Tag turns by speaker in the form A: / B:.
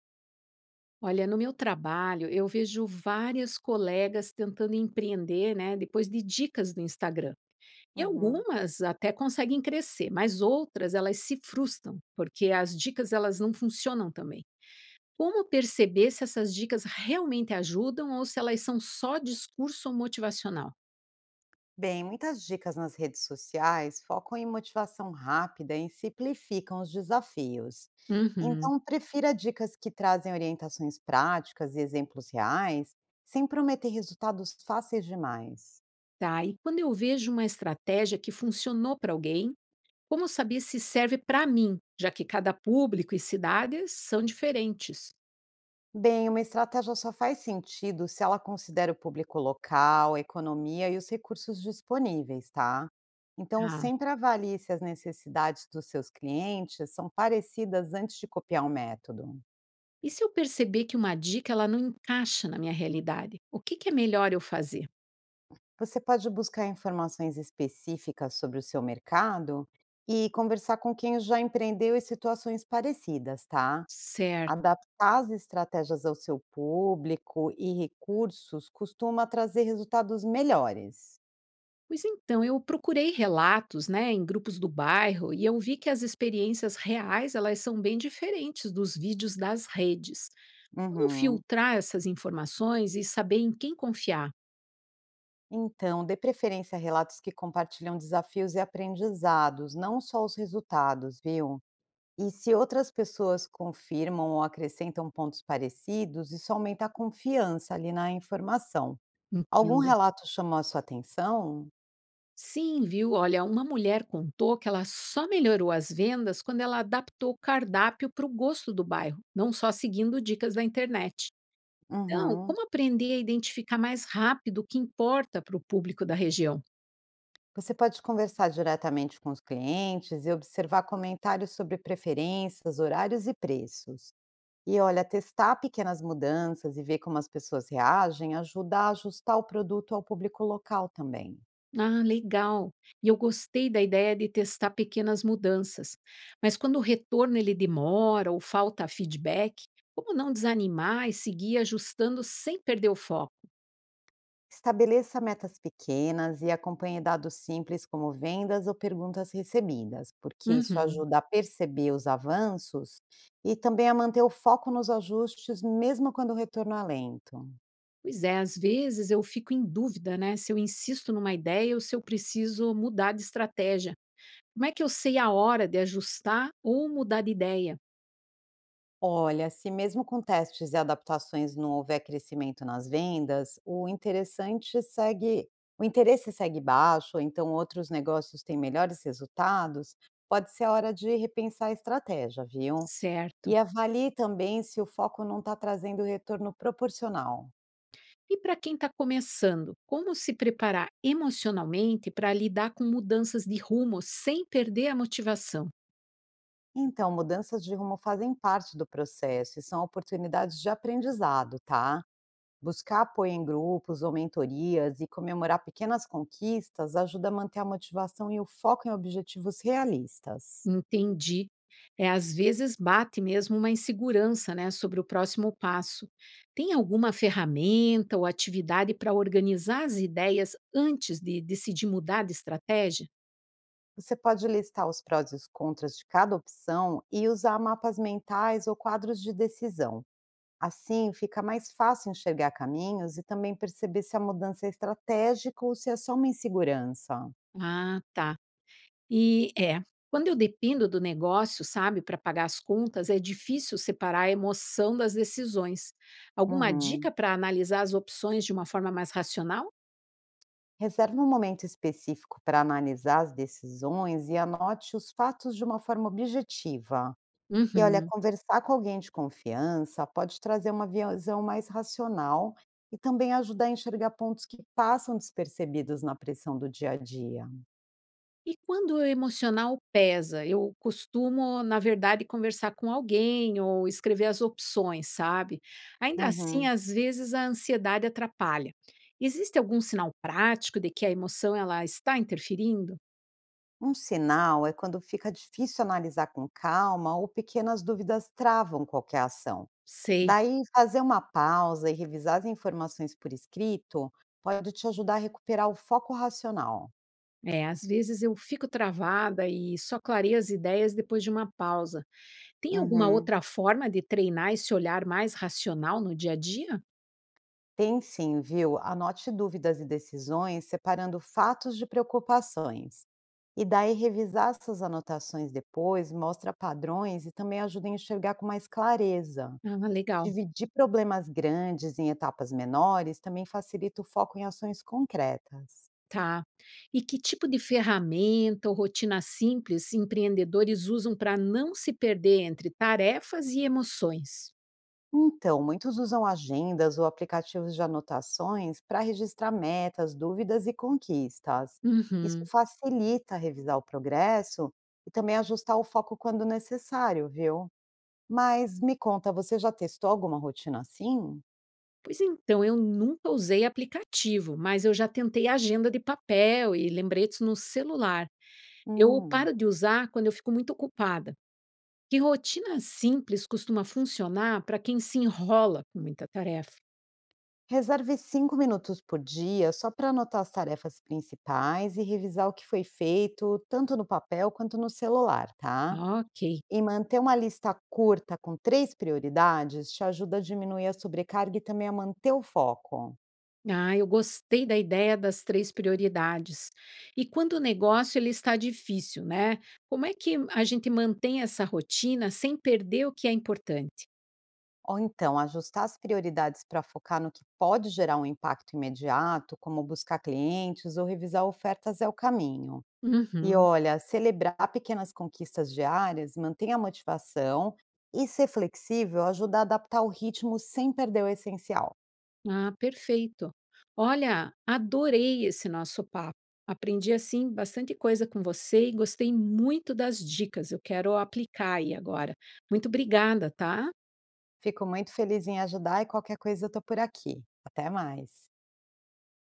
A: Olha, no meu trabalho, eu vejo várias colegas tentando empreender, né, depois de dicas do Instagram. E
B: Uhum.
A: algumas até conseguem crescer, mas outras elas se frustram, porque as dicas elas não funcionam também. Como perceber se essas dicas realmente ajudam ou se elas são só discurso motivacional?
B: Bem, muitas dicas nas redes sociais focam em motivação rápida e simplificam os desafios.
A: Uhum.
B: Então, prefira dicas que trazem orientações práticas e exemplos reais, sem prometer resultados fáceis demais.
A: Tá, e quando eu vejo uma estratégia que funcionou para alguém, como saber se serve para mim, já que cada público e cidade são diferentes?
B: Bem, uma estratégia só faz sentido se ela considera o público local, a economia e os recursos disponíveis, tá? Então,
A: Ah.
B: sempre avalie se as necessidades dos seus clientes são parecidas antes de copiar o método.
A: E se eu perceber que uma dica ela não encaixa na minha realidade, o que, que é melhor eu fazer?
B: Você pode buscar informações específicas sobre o seu mercado e conversar com quem já empreendeu em situações parecidas, tá?
A: Certo.
B: Adaptar as estratégias ao seu público e recursos costuma trazer resultados melhores.
A: Pois então, eu procurei relatos, né, em grupos do bairro e eu vi que as experiências reais, elas são bem diferentes dos vídeos das redes. Como
B: Uhum.
A: filtrar essas informações e saber em quem confiar?
B: Então, dê preferência a relatos que compartilham desafios e aprendizados, não só os resultados, viu? E se outras pessoas confirmam ou acrescentam pontos parecidos, isso aumenta a confiança ali na informação. Algum
A: Entendo.
B: relato chamou a sua atenção?
A: Sim, viu? Olha, uma mulher contou que ela só melhorou as vendas quando ela adaptou o cardápio para o gosto do bairro, não só seguindo dicas da internet. Então,
B: Uhum.
A: como aprender a identificar mais rápido o que importa para o público da região?
B: Você pode conversar diretamente com os clientes e observar comentários sobre preferências, horários e preços. E olha, testar pequenas mudanças e ver como as pessoas reagem ajuda a ajustar o produto ao público local também.
A: Ah, legal. E eu gostei da ideia de testar pequenas mudanças. Mas quando o retorno ele demora ou falta feedback, como não desanimar e seguir ajustando sem perder o foco?
B: Estabeleça metas pequenas e acompanhe dados simples como vendas ou perguntas recebidas, porque isso
A: Uhum.
B: ajuda a perceber os avanços e também a manter o foco nos ajustes, mesmo quando o retorno é lento.
A: Pois é, às vezes eu fico em dúvida, né, se eu insisto numa ideia ou se eu preciso mudar de estratégia. Como é que eu sei a hora de ajustar ou mudar de ideia?
B: Olha, se mesmo com testes e adaptações não houver crescimento nas vendas, o interessante segue, o interesse segue baixo, ou então outros negócios têm melhores resultados, pode ser a hora de repensar a estratégia, viu?
A: Certo.
B: E avalie também se o foco não está trazendo retorno proporcional.
A: E para quem está começando, como se preparar emocionalmente para lidar com mudanças de rumo sem perder a motivação?
B: Então, mudanças de rumo fazem parte do processo e são oportunidades de aprendizado, tá? Buscar apoio em grupos ou mentorias e comemorar pequenas conquistas ajuda a manter a motivação e o foco em objetivos realistas.
A: Entendi. É, às vezes bate mesmo uma insegurança né, sobre o próximo passo. Tem alguma ferramenta ou atividade para organizar as ideias antes de decidir mudar de estratégia?
B: Você pode listar os prós e os contras de cada opção e usar mapas mentais ou quadros de decisão. Assim, fica mais fácil enxergar caminhos e também perceber se a mudança é estratégica ou se é só uma insegurança.
A: Ah, tá. E é. Quando eu dependo do negócio, sabe, para pagar as contas, é difícil separar a emoção das decisões. Alguma
B: Uhum.
A: dica para analisar as opções de uma forma mais racional?
B: Reserve um momento específico para analisar as decisões e anote os fatos de uma forma objetiva. E olha,
A: Uhum.
B: conversar com alguém de confiança pode trazer uma visão mais racional e também ajudar a enxergar pontos que passam despercebidos na pressão do dia a dia.
A: E quando o emocional pesa, eu costumo, na verdade, conversar com alguém ou escrever as opções, sabe? Ainda assim,
B: Uhum.
A: às vezes a ansiedade atrapalha. Existe algum sinal prático de que a emoção ela está interferindo?
B: Um sinal é quando fica difícil analisar com calma ou pequenas dúvidas travam qualquer ação.
A: Sei.
B: Daí, fazer uma pausa e revisar as informações por escrito pode te ajudar a recuperar o foco racional.
A: É, às vezes eu fico travada e só clareio as ideias depois de uma pausa. Tem alguma
B: Uhum.
A: outra forma de treinar esse olhar mais racional no dia a dia?
B: Tem sim, viu? Anote dúvidas e decisões separando fatos de preocupações. E daí, revisar essas anotações depois mostra padrões e também ajuda a enxergar com mais clareza.
A: Ah, legal.
B: Dividir problemas grandes em etapas menores também facilita o foco em ações concretas.
A: Tá. E que tipo de ferramenta ou rotina simples empreendedores usam para não se perder entre tarefas e emoções?
B: Então, muitos usam agendas ou aplicativos de anotações para registrar metas, dúvidas e conquistas. Isso
A: Uhum.
B: facilita revisar o progresso e também ajustar o foco quando necessário, viu? Mas me conta, você já testou alguma rotina assim?
A: Pois então, eu nunca usei aplicativo, mas eu já tentei agenda de papel e lembretes no celular. Eu
B: Hum.
A: paro de usar quando eu fico muito ocupada. Que rotina simples costuma funcionar para quem se enrola com muita tarefa?
B: Reserve 5 minutos por dia só para anotar as tarefas principais e revisar o que foi feito, tanto no papel quanto no celular, tá?
A: Ah, ok.
B: E manter uma lista curta com três prioridades te ajuda a diminuir a sobrecarga e também a manter o foco.
A: Ah, eu gostei da ideia das três prioridades. E quando o negócio ele está difícil, né? Como é que a gente mantém essa rotina sem perder o que é importante?
B: Ou então, ajustar as prioridades para focar no que pode gerar um impacto imediato, como buscar clientes ou revisar ofertas, é o caminho. E
A: Uhum.
B: olha, celebrar pequenas conquistas diárias mantém a motivação e ser flexível ajuda a adaptar o ritmo sem perder o essencial.
A: Ah, perfeito. Olha, adorei esse nosso papo. Aprendi assim bastante coisa com você e gostei muito das dicas. Eu quero aplicar aí agora. Muito obrigada, tá?
B: Fico muito feliz em ajudar e qualquer coisa eu tô por aqui. Até mais.